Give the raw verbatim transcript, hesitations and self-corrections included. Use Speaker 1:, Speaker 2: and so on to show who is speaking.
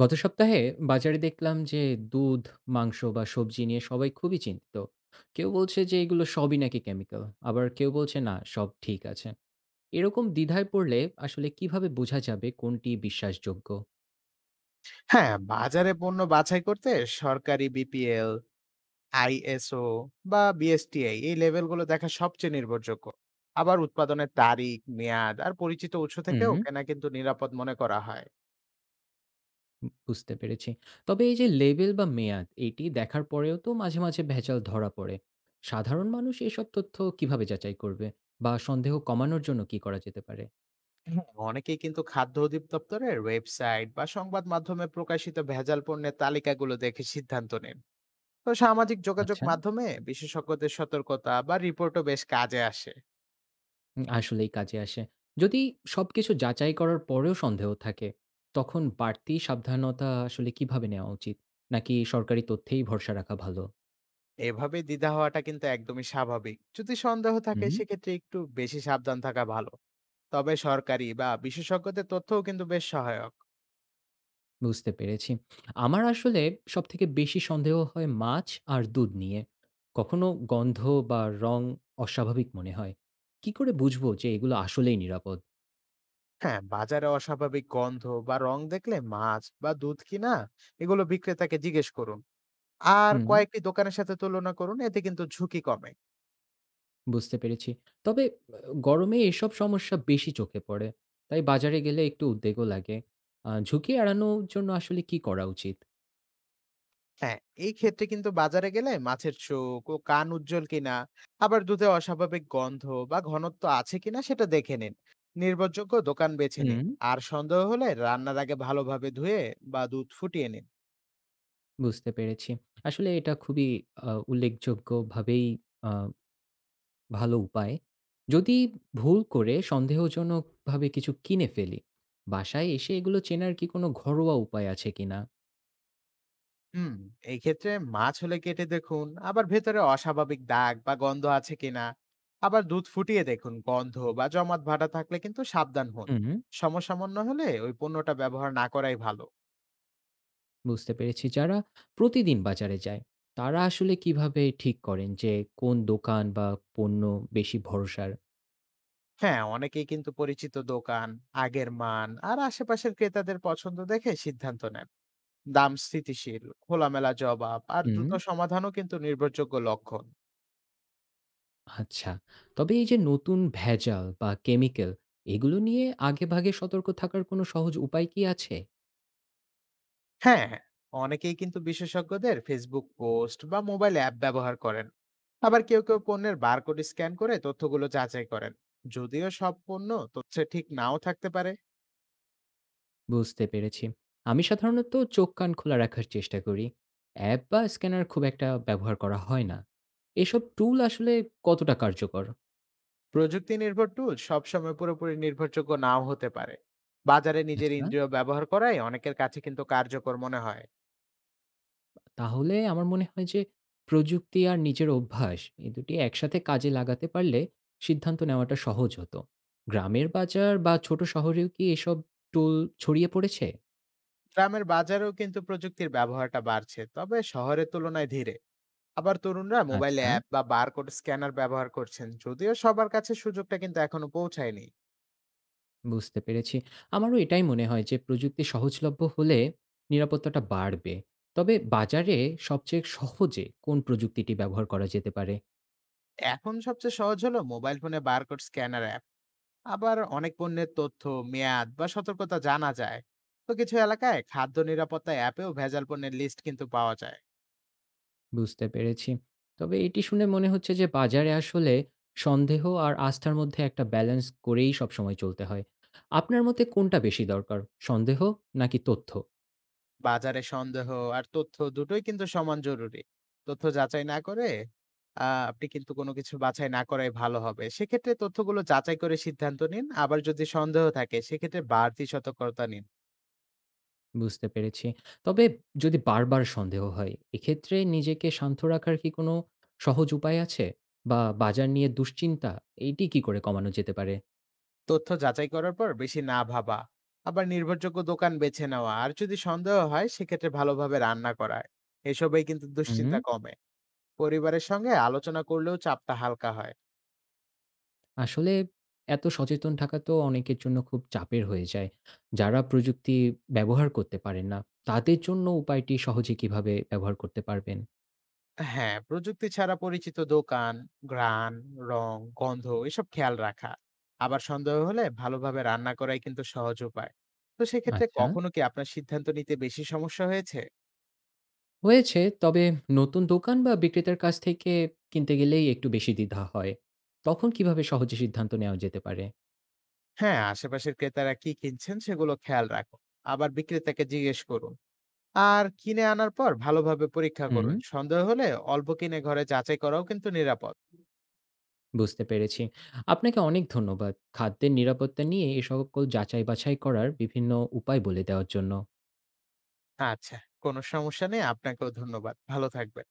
Speaker 1: গত সপ্তাহে বাজারে দেখলাম যে দুধ, মাংস বা সবজি নিয়ে সবাই খুবই চিন্তিত। কেউ বলছে যে এগুলো সবই নাকি কেমিক্যাল, আবার কেউ বলছে না সব ঠিক আছে। এরকম দ্বিধায় পড়লে আসলে কিভাবে বোঝা যাবে কোনটি বিশ্বাসযোগ্য?
Speaker 2: হ্যাঁ, বাজারে পণ্য বাছাই করতে সরকারি বিপিএল, আইএসও বা বিএসটিআই এই লেভেলগুলো দেখা সবচেয়ে নির্ভরযোগ্য। আবার উৎপাদনের তারিখ, মেয়াদ আর পরিচিত উৎস
Speaker 1: হুম,
Speaker 2: থেকেও কেনা কিন্তু নিরাপদ মনে করা হয়।
Speaker 1: বুঝতে পেরেছি। তবে এই যে লেবেল বা মেয়াদ এটি দেখার পরেও তো মাঝে মাঝে ভেজাল ধরা পড়ে। সাধারণ মানুষ এসব তথ্য কিভাবে যাচাই করবে বা সন্দেহ কমানোর জন্য কি করা যেতে পারে?
Speaker 2: হ্যাঁ, অনেকেই কিন্তু খাদ্য অধিদপ্তরের ওয়েবসাইট বা সংবাদ মাধ্যমে প্রকাশিত ভেজাল পণ্যের তালিকাগুলো দেখে সিদ্ধান্ত নেন। তো সামাজিক যোগাযোগ
Speaker 1: আচ্ছা,
Speaker 2: মাধ্যমে বিশেষজ্ঞদের সতর্কতা বা রিপোর্টও বেশ কাজে আসে।
Speaker 1: আসলেই কাজে আসে। যদি সবকিছু যাচাই করার পরেও সন্দেহ থাকে, তখন বাড়তি সাবধানতা আসলে কিভাবে নেওয়া উচিত? নাকি সরকারি তথ্যেই ভরসা রাখা ভালো?
Speaker 2: এভাবে দ্বিধা হওয়াটা কিন্তু একদমই স্বাভাবিক। যদি সন্দেহ থাকে
Speaker 1: হুম।
Speaker 2: সেক্ষেত্রে একটু বেশি সাবধান থাকা ভালো। তবে সরকারি বা বিশেষজ্ঞদের তথ্যও কিন্তু বেশ সহায়ক।
Speaker 1: বুঝতে পেরেছি। আমার আসলে সবথেকে বেশি সন্দেহ হয় মাছ আর দুধ নিয়ে। কখনো গন্ধ বা রং অস্বাভাবিক মনে হয়। কি করে বুঝবো যে এগুলো আসলেই নিরাপদ?
Speaker 2: হ্যাঁ, বাজারে অস্বাভাবিক গন্ধ বা রং দেখলে মাছ বা দুধ কিনা এগুলো বিক্রেতাকে জিজ্ঞেস করুন। আর
Speaker 1: হুম।
Speaker 2: কয়েকটি দোকানের সাথে তুলনা করুন, এতে কিন্তু ঝুঁকি কমে।
Speaker 1: বুঝতে পেরেছি। তবে আ গরমে এসব সমস্যা বেশি চোখে পড়ে। তাই বাজারে গেলে একটু উদ্বেগও লাগে। আ ঝুঁকি এড়ানোর জন্য আসলে কি করা উচিত?
Speaker 2: হ্যাঁ, এই ক্ষেত্রে কিন্তু বাজারে গেলে মাছের চোখ ও কান উজ্জ্বল কিনা, আবার দুধে অস্বাভাবিক গন্ধ বা ঘনত্ব আছে কিনা সেটা দেখে নিন। নির্ভরযোগ্য দোকান বেছে নিন।
Speaker 1: হুম।
Speaker 2: আর সন্দেহ হলে রান্নার আগে ভালোভাবে ধুয়ে বা দুধ ফুটিয়ে নিন।
Speaker 1: বুঝতে পেরেছি। আসলে এটা খুবই আ উল্লেখযোগ্যভাবেই আ ভালো উপায়। যদি ভুল করে সন্দেহজনকভাবে কিছু কিনে ফেলি, বাসায় এসে এগুলো চেনার কি কোনো ঘরোয়া উপায় আছে কিনা?
Speaker 2: হুম, এই ক্ষেত্রে মাছ হলে কেটে দেখুন, আবার ভেতরে অস্বাভাবিক দাগ বা গন্ধ আছে কিনা। আবার দুধ ফুটিয়ে দেখুন, গন্ধ বা জমাট ভাঁটা থাকলে কিন্তু সাবধান হন।
Speaker 1: হুম।
Speaker 2: সমসাময়িক হলে ওই পণ্যটা ব্যবহার না করাই ভালো।
Speaker 1: বুঝতে পেরেছি। যারা প্রতিদিন বাজারে যায়, তারা আসলে কিভাবে ঠিক করেন যে কোন দোকান বা পণ্য বেশি ভরসার?
Speaker 2: হ্যাঁ, অনেকেই কিন্তু পরিচিত দোকান, আগের মান আর আশেপাশের ক্রেতাদের পছন্দ দেখে সিদ্ধান্ত নেন। দাম স্থিতিশীল, খোলামেলা জবাব আর
Speaker 1: হুম।
Speaker 2: দ্রুত সমাধানও কিন্তু নির্ভরযোগ্য লক্ষণ।
Speaker 1: আচ্ছা। তবে এই যে নতুন ভেজাল বা কেমিক্যাল এগুলো নিয়ে আগেভাগে সতর্ক থাকার কোনো সহজ উপায় কি আছে?
Speaker 2: হ্যাঁ হ্যাঁ, অনেকেই কিন্তু বিশেষজ্ঞদের ফেসবুক পোস্ট বা মোবাইল অ্যাপ ব্যবহার করেন। আবার কেউ কেউ পণ্যের বারকোড স্ক্যান করে তথ্যগুলো যাচাই করেন, যদিও সব পণ্য তথ্যে ঠিক নাও থাকতে পারে।
Speaker 1: বুঝতে পেরেছি। আমি সাধারণত চোখ কান খোলা রাখার চেষ্টা করি। অ্যাপ বা স্ক্যানার খুব একটা ব্যবহার করা হয় না। এসব টুল আসলে কতটা কার্যকর?
Speaker 2: প্রযুক্তি নির্ভর টুল সবসময় পুরোপুরি নির্ভরযোগ্য নাও হতে পারে। বাজারে নিজের
Speaker 1: আচ্ছা।
Speaker 2: ইন্দ্রিয় ব্যবহার করাই অনেকের কাছে কিন্তু কার্যকর মনে হয়।
Speaker 1: তাহলে আমার মনে হয় যে প্রযুক্তি আর নিজের অভ্যাস এই দুটি একসাথে কাজে লাগাতে পারলে সিদ্ধান্ত নেওয়াটা সহজ হতো। গ্রামের বাজার বা ছোট শহরেও কি এসব টুল ছড়িয়ে পড়েছে?
Speaker 2: গ্রামের বাজারেও কিন্তু প্রযুক্তির ব্যবহারটা বাড়ছে, তবে শহরের তুলনায় ধীরে। আবার তরুণরা মোবাইল
Speaker 1: আচ্ছা,
Speaker 2: অ্যাপ বা বারকোড স্ক্যানার ব্যবহার করছেন, যদিও সবার কাছে সুযোগটা কিন্তু এখনো পৌঁছায়নি।
Speaker 1: বুঝতে পেরেছি। আমারও এটাই মনে হয় যে প্রযুক্তি সহজলভ্য হলে নিরাপত্তাটা বাড়বে। তবে বাজারে সবচেয়ে সহজে কোন প্রযুক্তিটি ব্যবহার করা যেতে পারে?
Speaker 2: এখন সবচেয়ে সহজ হলো মোবাইল ফোনে বারকোড স্ক্যানার অ্যাপ। আবার অনেক পণ্যের তথ্য, মেয়াদ বা সতর্কতা জানা যায়। তো কিছু এলাকায় খাদ্য নিরাপত্তা অ্যাপেও ভেজাল পণ্যের লিস্ট কিন্তু পাওয়া যায়।
Speaker 1: বুঝতে পেরেছি। তবে এটি শুনে মনে হচ্ছে যে বাজারে আসলে সন্দেহ আর আস্থার মধ্যে একটা ব্যালেন্স করেই সবসময় চলতে হয়। আপনার মতে কোনটা বেশি দরকার? সন্দেহ নাকি তথ্য?
Speaker 2: বাজারে সন্দেহ আর তথ্য দুটোই কিন্তু সমান জরুরি। তথ্য যাচাই না করে আ আপনি কিন্তু কোনো কিছু বাছাই না করাই ভালো হবে। সেক্ষেত্রে তথ্যগুলো যাচাই করে সিদ্ধান্ত নিন। আবার যদি সন্দেহ থাকে সেক্ষেত্রে বাড়তি সতর্কতা নিন।
Speaker 1: বুঝতে পেরেছি। তবে যদি বারবার সন্দেহ হয়, এক্ষেত্রে নিজেকে শান্ত রাখার কি কোনো সহজ উপায় আছে? বা বাজার নিয়ে দুশ্চিন্তা, এইটি কি করে কমানো যেতে পারে?
Speaker 2: তথ্য যাচাই করার পর বেশি না ভাবা, আবার নির্ভরযোগ্য দোকান বেছে নেওয়া আর যদি সন্দেহ হয় সেক্ষেত্রে ভালোভাবে রান্না করা। এসবেই কিন্তু
Speaker 1: হুম।
Speaker 2: দুশ্চিন্তা কমে। পরিবারের সঙ্গে আলোচনা করলেও চাপটা হালকা হয়।
Speaker 1: আসলে এত সচেতন থাকা তো অনেকের জন্য খুব চাপের হয়ে যায়। যারা প্রযুক্তি ব্যবহার করতে পারেন না, তাদের জন্য উপায়টি সহজে কিভাবে ব্যবহার করতে পারবেন?
Speaker 2: হ্যাঁ, প্রযুক্তি ছাড়া পরিচিত দোকান, ঘ্রাণ, রং, গন্ধ এসব খেয়াল রাখা, আবার সন্দেহ হলে ভালোভাবে রান্না করাই কিন্তু সহজ উপায়। তো সেক্ষেত্রে
Speaker 1: আচ্ছা,
Speaker 2: কখনো কি আপনার সিদ্ধান্ত নিতে বেশি সমস্যা হয়েছে?
Speaker 1: হয়েছে। তবে নতুন দোকান বা বিক্রেতার কাছ থেকে কিনতে গেলেই একটু বেশি দ্বিধা হয়। তখন কিভাবে সহজে সিদ্ধান্ত নেওয়া যেতে পারে?
Speaker 2: হ্যাঁ, আশেপাশের ক্রেতারা কি কিনছেন সেগুলো খেয়াল রাখুন। আবার বিক্রেতাকে জিজ্ঞেস করুন। আর কিনে আনার পর ভালোভাবে পরীক্ষা
Speaker 1: হুম,
Speaker 2: করুন, সন্দেহ হলে অল্প কিনে ঘরে যাচাই করাও কিন্তু নিরাপদ।
Speaker 1: বুঝতে পেরেছি। আপনাকে অনেক ধন্যবাদ। খাদ্যের নিরাপত্তা নিয়ে এ সকল যাচাই বাছাই করার বিভিন্ন উপায় বলে দেওয়ার জন্য।
Speaker 2: আচ্ছা, কোনো সমস্যা নেই। আপনাকেও ধন্যবাদ, ভালো থাকবেন।